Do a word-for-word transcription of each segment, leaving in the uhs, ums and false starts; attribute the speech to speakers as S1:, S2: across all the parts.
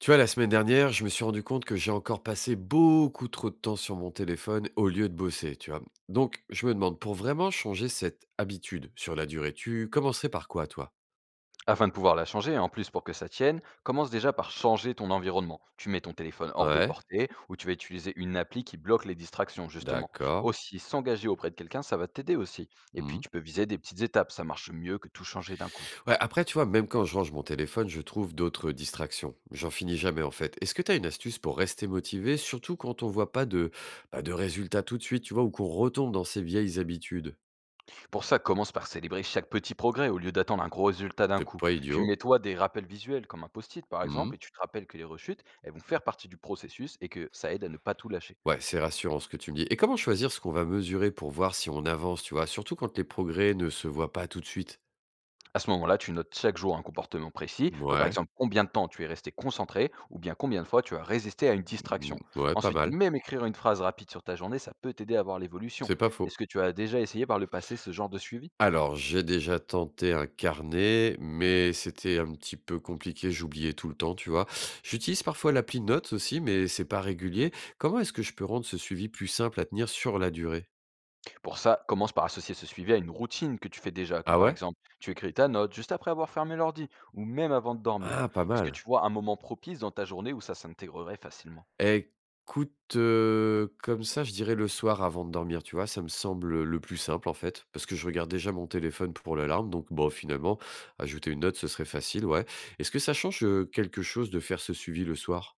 S1: Tu vois, la semaine dernière, je me suis rendu compte que j'ai encore passé beaucoup trop de temps sur mon téléphone au lieu de bosser, tu vois. Donc, je me demande, pour vraiment changer cette habitude sur la durée, tu commencerais par quoi, toi?
S2: Afin de pouvoir la changer, en plus pour que ça tienne, commence déjà par changer ton environnement. Tu mets ton téléphone hors de
S1: Ouais,
S2: portée ou tu vas utiliser une appli qui bloque les distractions, justement.
S1: d'accord.
S2: Aussi, s'engager auprès de quelqu'un, ça va t'aider aussi. Et puis,
S1: Mhm.
S2: tu peux viser des petites étapes, ça marche mieux que tout changer d'un coup.
S1: Ouais, après, tu vois, même quand je range mon téléphone, je trouve d'autres distractions. J'en finis jamais, en fait. Est-ce que tu as une astuce pour rester motivé, surtout quand on voit pas de, bah, de résultats tout de suite, tu vois, ou qu'on retombe dans ces vieilles habitudes?
S2: Pour ça, commence par célébrer chaque petit progrès au lieu d'attendre un gros résultat d'un
S1: C'est
S2: coup.
S1: pas
S2: Puis,
S1: idiot.
S2: mets-toi des rappels visuels, comme un post-it par exemple,
S1: Mmh.
S2: et tu te rappelles que les rechutes, elles vont faire partie du processus et que ça aide à ne pas tout lâcher.
S1: Ouais, c'est rassurant ce que tu me dis. Et comment choisir ce qu'on va mesurer pour voir si on avance, tu vois? Surtout quand les progrès ne se voient pas tout de suite.
S2: À ce moment-là, tu notes chaque jour un comportement précis, comme par
S1: Ouais,
S2: exemple combien de temps tu es resté concentré ou bien combien de fois tu as résisté à une
S1: mmh,
S2: distraction.
S1: ouais, pas
S2: Ensuite,
S1: mal.
S2: même écrire une phrase rapide sur ta journée, ça peut t'aider à voir l'évolution.
S1: C'est pas faux.
S2: Est-ce que tu as déjà essayé par le passé ce genre de suivi?
S1: Alors, j'ai déjà tenté un carnet, mais c'était un petit peu compliqué, j'oubliais tout le temps, tu vois? J'utilise parfois l'appli Notes aussi, mais c'est pas régulier. Comment est-ce que je peux rendre ce suivi plus simple à tenir sur la durée?
S2: Pour ça, commence par associer ce suivi à une routine que tu fais déjà, comme
S1: Ah
S2: par
S1: ouais?
S2: exemple tu écris ta note juste après avoir fermé l'ordi ou même avant de dormir.
S1: Ah, pas
S2: Est-ce que
S1: mal.
S2: tu vois un moment propice dans ta journée où ça s'intégrerait facilement?
S1: Écoute, heu, comme ça, je dirais le soir avant de dormir, tu vois? Ça me semble le plus simple, en fait, parce que je regarde déjà mon téléphone pour l'alarme, donc bon, finalement, ajouter une note, ce serait facile, ouais. Est-ce que ça change, heu, quelque chose de faire ce suivi le soir?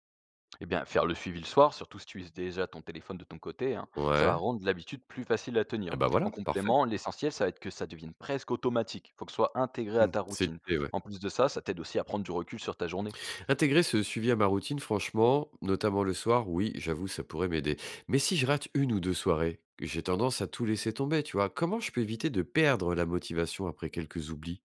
S2: Eh bien, faire le suivi le soir, surtout si tu utilises déjà ton téléphone de ton côté, hein, ça va
S1: Ouais,
S2: rendre l'habitude plus facile à tenir.
S1: et bah, voilà,
S2: En
S1: parfait.
S2: complément, l'essentiel, ça va être que ça devienne presque automatique. Il faut que ce soit intégré à
S1: Mmh,
S2: ta
S1: c'est
S2: routine.
S1: l'idée, ouais.
S2: En plus de ça, ça t'aide aussi à prendre du recul sur ta journée.
S1: Intégrer ce suivi à ma routine, franchement, notamment le soir, oui, j'avoue, ça pourrait m'aider. Mais si je rate une ou deux soirées, j'ai tendance à tout laisser tomber, tu vois? Comment je peux éviter de perdre la motivation après quelques oublis?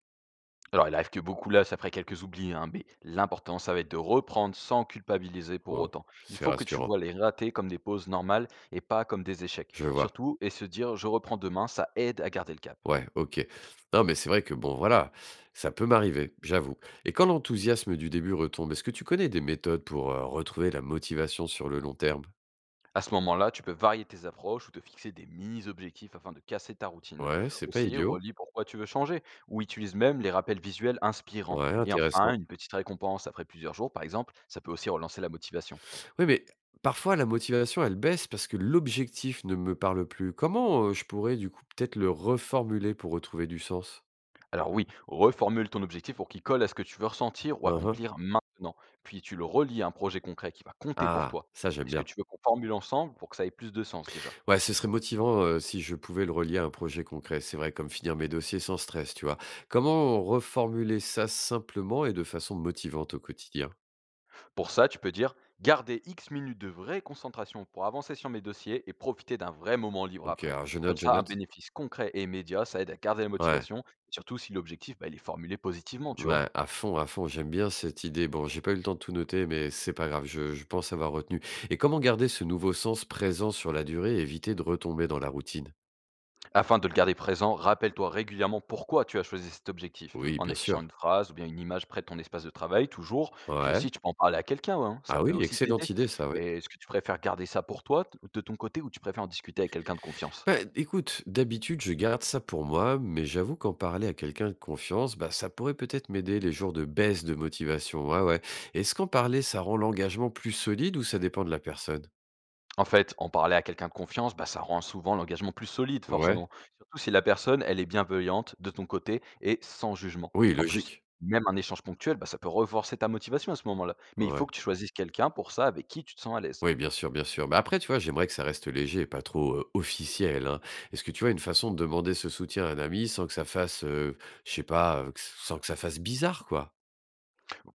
S2: Alors, il arrive que beaucoup lâchent après quelques oublis, hein, mais l'important, ça va être de reprendre sans culpabiliser pour
S1: Oh,
S2: autant. Il
S1: c'est
S2: faut que tu
S1: rassurant.
S2: vois les ratés comme des pauses normales et pas comme des échecs.
S1: Je vois.
S2: Surtout, et se dire, je reprends demain, ça aide à garder le cap.
S1: Ouais, OK. Non, mais c'est vrai que bon, voilà, ça peut m'arriver, j'avoue. Et quand l'enthousiasme du début retombe, est-ce que tu connais des méthodes pour, heu, retrouver la motivation sur le long terme?
S2: À ce moment-là, tu peux varier tes approches ou te fixer des mini-objectifs afin de casser ta routine.
S1: Ouais, c'est pas
S2: Aussi,
S1: idiot.
S2: relis pourquoi tu veux changer ou utilise même les rappels visuels inspirants.
S1: Ouais,
S2: Et enfin,
S1: intéressant.
S2: une petite récompense après plusieurs jours, par exemple, ça peut aussi relancer la motivation.
S1: Oui, mais parfois la motivation, elle baisse parce que l'objectif ne me parle plus. Comment, heu, je pourrais du coup peut-être le reformuler pour retrouver du sens?
S2: Alors oui, reformule ton objectif pour qu'il colle à ce que tu veux ressentir ou
S1: Mmh.
S2: accomplir maintenant. Puis tu le relis à un projet concret qui va compter pour
S1: Ah,
S2: toi.
S1: ça j'aime
S2: Est-ce que
S1: bien.
S2: tu veux qu'on formule ensemble pour que ça ait plus de sens déjà?
S1: Ouais, ce serait motivant, heu, si je pouvais le relier à un projet concret. C'est vrai, comme finir mes dossiers sans stress, tu vois? Comment reformuler ça simplement et de façon motivante au quotidien?
S2: Pour ça, tu peux dire garder iks minutes de vraie concentration pour avancer sur mes dossiers et profiter d'un vrai moment libre
S1: OK,
S2: après.
S1: alors je
S2: Comme
S1: note, je
S2: ça, un
S1: note.
S2: bénéfice concret et immédiat, ça aide à garder la
S1: Ouais,
S2: motivation, surtout si l'objectif bah, il est formulé positivement, tu vois.
S1: ouais, à fond, à fond, j'aime bien cette idée. Bon, j'ai pas eu le temps de tout noter, mais c'est pas grave, je je pense avoir retenu. Et comment garder ce nouveau sens présent sur la durée et éviter de retomber dans la routine?
S2: Afin de le garder présent, rappelle-toi régulièrement pourquoi tu as choisi cet objectif,
S1: Oui,
S2: en
S1: bien sûr.
S2: affichant une phrase ou bien une image près de ton espace de travail, toujours. Puis
S1: Ouais.
S2: aussi, tu peux en parler à quelqu'un, ouais, hein, ça
S1: Ah
S2: peut
S1: oui,
S2: aussi t'aider.
S1: excellente idée ça, ouais.
S2: Et est-ce que tu préfères garder ça pour toi, t- de ton côté, ou tu préfères en discuter avec quelqu'un de confiance?
S1: Bah, écoute, d'habitude, je garde ça pour moi, mais j'avoue qu'en parler à quelqu'un de confiance, bah, ça pourrait peut-être m'aider les jours de baisse de motivation. Ouais, ouais. Est-ce qu'en parler, ça rend l'engagement plus solide ou ça dépend de la personne?
S2: En fait, en parler à quelqu'un de confiance, bah, ça rend souvent l'engagement plus solide,
S1: Ouais.
S2: forcément. Surtout si la personne, elle est bienveillante de ton côté et sans jugement.
S1: Oui,
S2: En plus,
S1: logique.
S2: même un échange ponctuel, bah, ça peut renforcer ta motivation à ce moment-là. Mais il faut
S1: Ouais.
S2: que tu choisisses quelqu'un pour ça, avec qui tu te sens à l'aise.
S1: Oui, bien sûr, bien sûr. Mais après, tu vois, j'aimerais que ça reste léger et pas trop euh, officiel, hein. Est-ce que tu vois une façon de demander ce soutien à un ami sans que ça fasse, euh, je sais pas, euh, que- sans que ça fasse bizarre, quoi?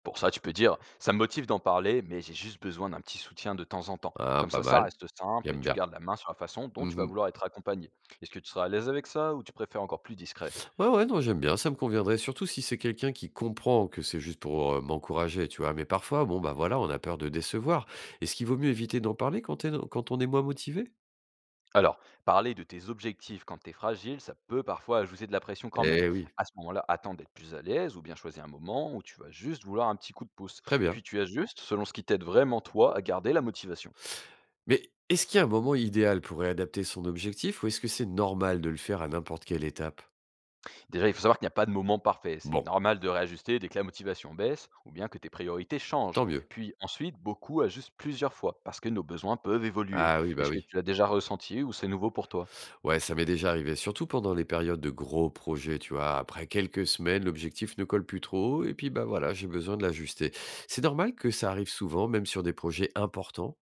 S2: Pour ça, tu peux dire, ça me motive d'en parler, mais j'ai juste besoin d'un petit soutien de temps en temps.
S1: Hein,
S2: Comme
S1: pas
S2: ça, ça
S1: mal.
S2: reste simple et
S1: J'aime
S2: tu
S1: bien.
S2: gardes la main sur la façon dont tu vas vouloir être accompagné. Est-ce que tu seras à l'aise avec ça ou tu préfères encore plus discret?
S1: Ouais, ouais, non, j'aime bien, ça me conviendrait, surtout si c'est quelqu'un qui comprend que c'est juste pour, heu, m'encourager, tu vois? Mais parfois, bon, bah, voilà, on a peur de décevoir. Est-ce qu'il vaut mieux éviter d'en parler quand on est quand on est moins motivé?
S2: Alors, parler de tes objectifs quand t'es fragile, ça peut parfois ajouter de la pression quand même.
S1: Eh oui,
S2: À ce moment-là, attends d'être plus à l'aise ou bien choisis un moment où tu vas juste vouloir un petit coup de pouce.
S1: très bien.
S2: Puis tu ajustes selon ce qui t'aide vraiment toi à garder la motivation.
S1: Mais est-ce qu'il y a un moment idéal pour réadapter son objectif ou est-ce que c'est normal de le faire à n'importe quelle étape?
S2: Déjà, il faut savoir qu'il n'y a pas de moment parfait. C'est
S1: Bon,
S2: normal de réajuster dès que la motivation baisse ou bien que tes priorités changent.
S1: tant mieux.
S2: Puis ensuite, beaucoup ajustent plusieurs fois parce que nos besoins peuvent évoluer.
S1: Ah oui, bah,
S2: Est-ce que
S1: oui.
S2: tu l'as déjà ressenti ou c'est nouveau pour toi?
S1: Ouais, ça m'est déjà arrivé, surtout pendant les périodes de gros projets, tu vois. Après quelques semaines, l'objectif ne colle plus trop, et puis bah voilà, j'ai besoin de l'ajuster. C'est normal que ça arrive souvent, même sur des projets importants.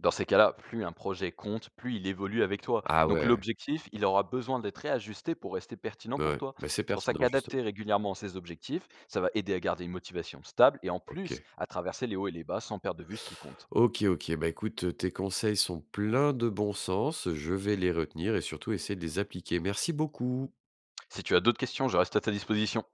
S2: Dans ces cas-là, plus un projet compte, plus il évolue avec toi.
S1: Ah
S2: Donc
S1: ouais,
S2: l'objectif, il aura besoin d'être réajusté pour rester pertinent pour
S1: ouais,
S2: toi.
S1: mais c'est
S2: C'est pour ça
S1: pertinent, justement.
S2: qu'adapter régulièrement ses objectifs, ça va aider à garder une motivation stable et en
S1: Ok.
S2: plus à traverser les hauts et les bas sans perdre de vue ce qui compte.
S1: Ok, ok. Bah écoute, tes conseils sont pleins de bon sens. Je vais les retenir et surtout essayer de les appliquer. Merci beaucoup.
S2: Si tu as d'autres questions, je reste à ta disposition.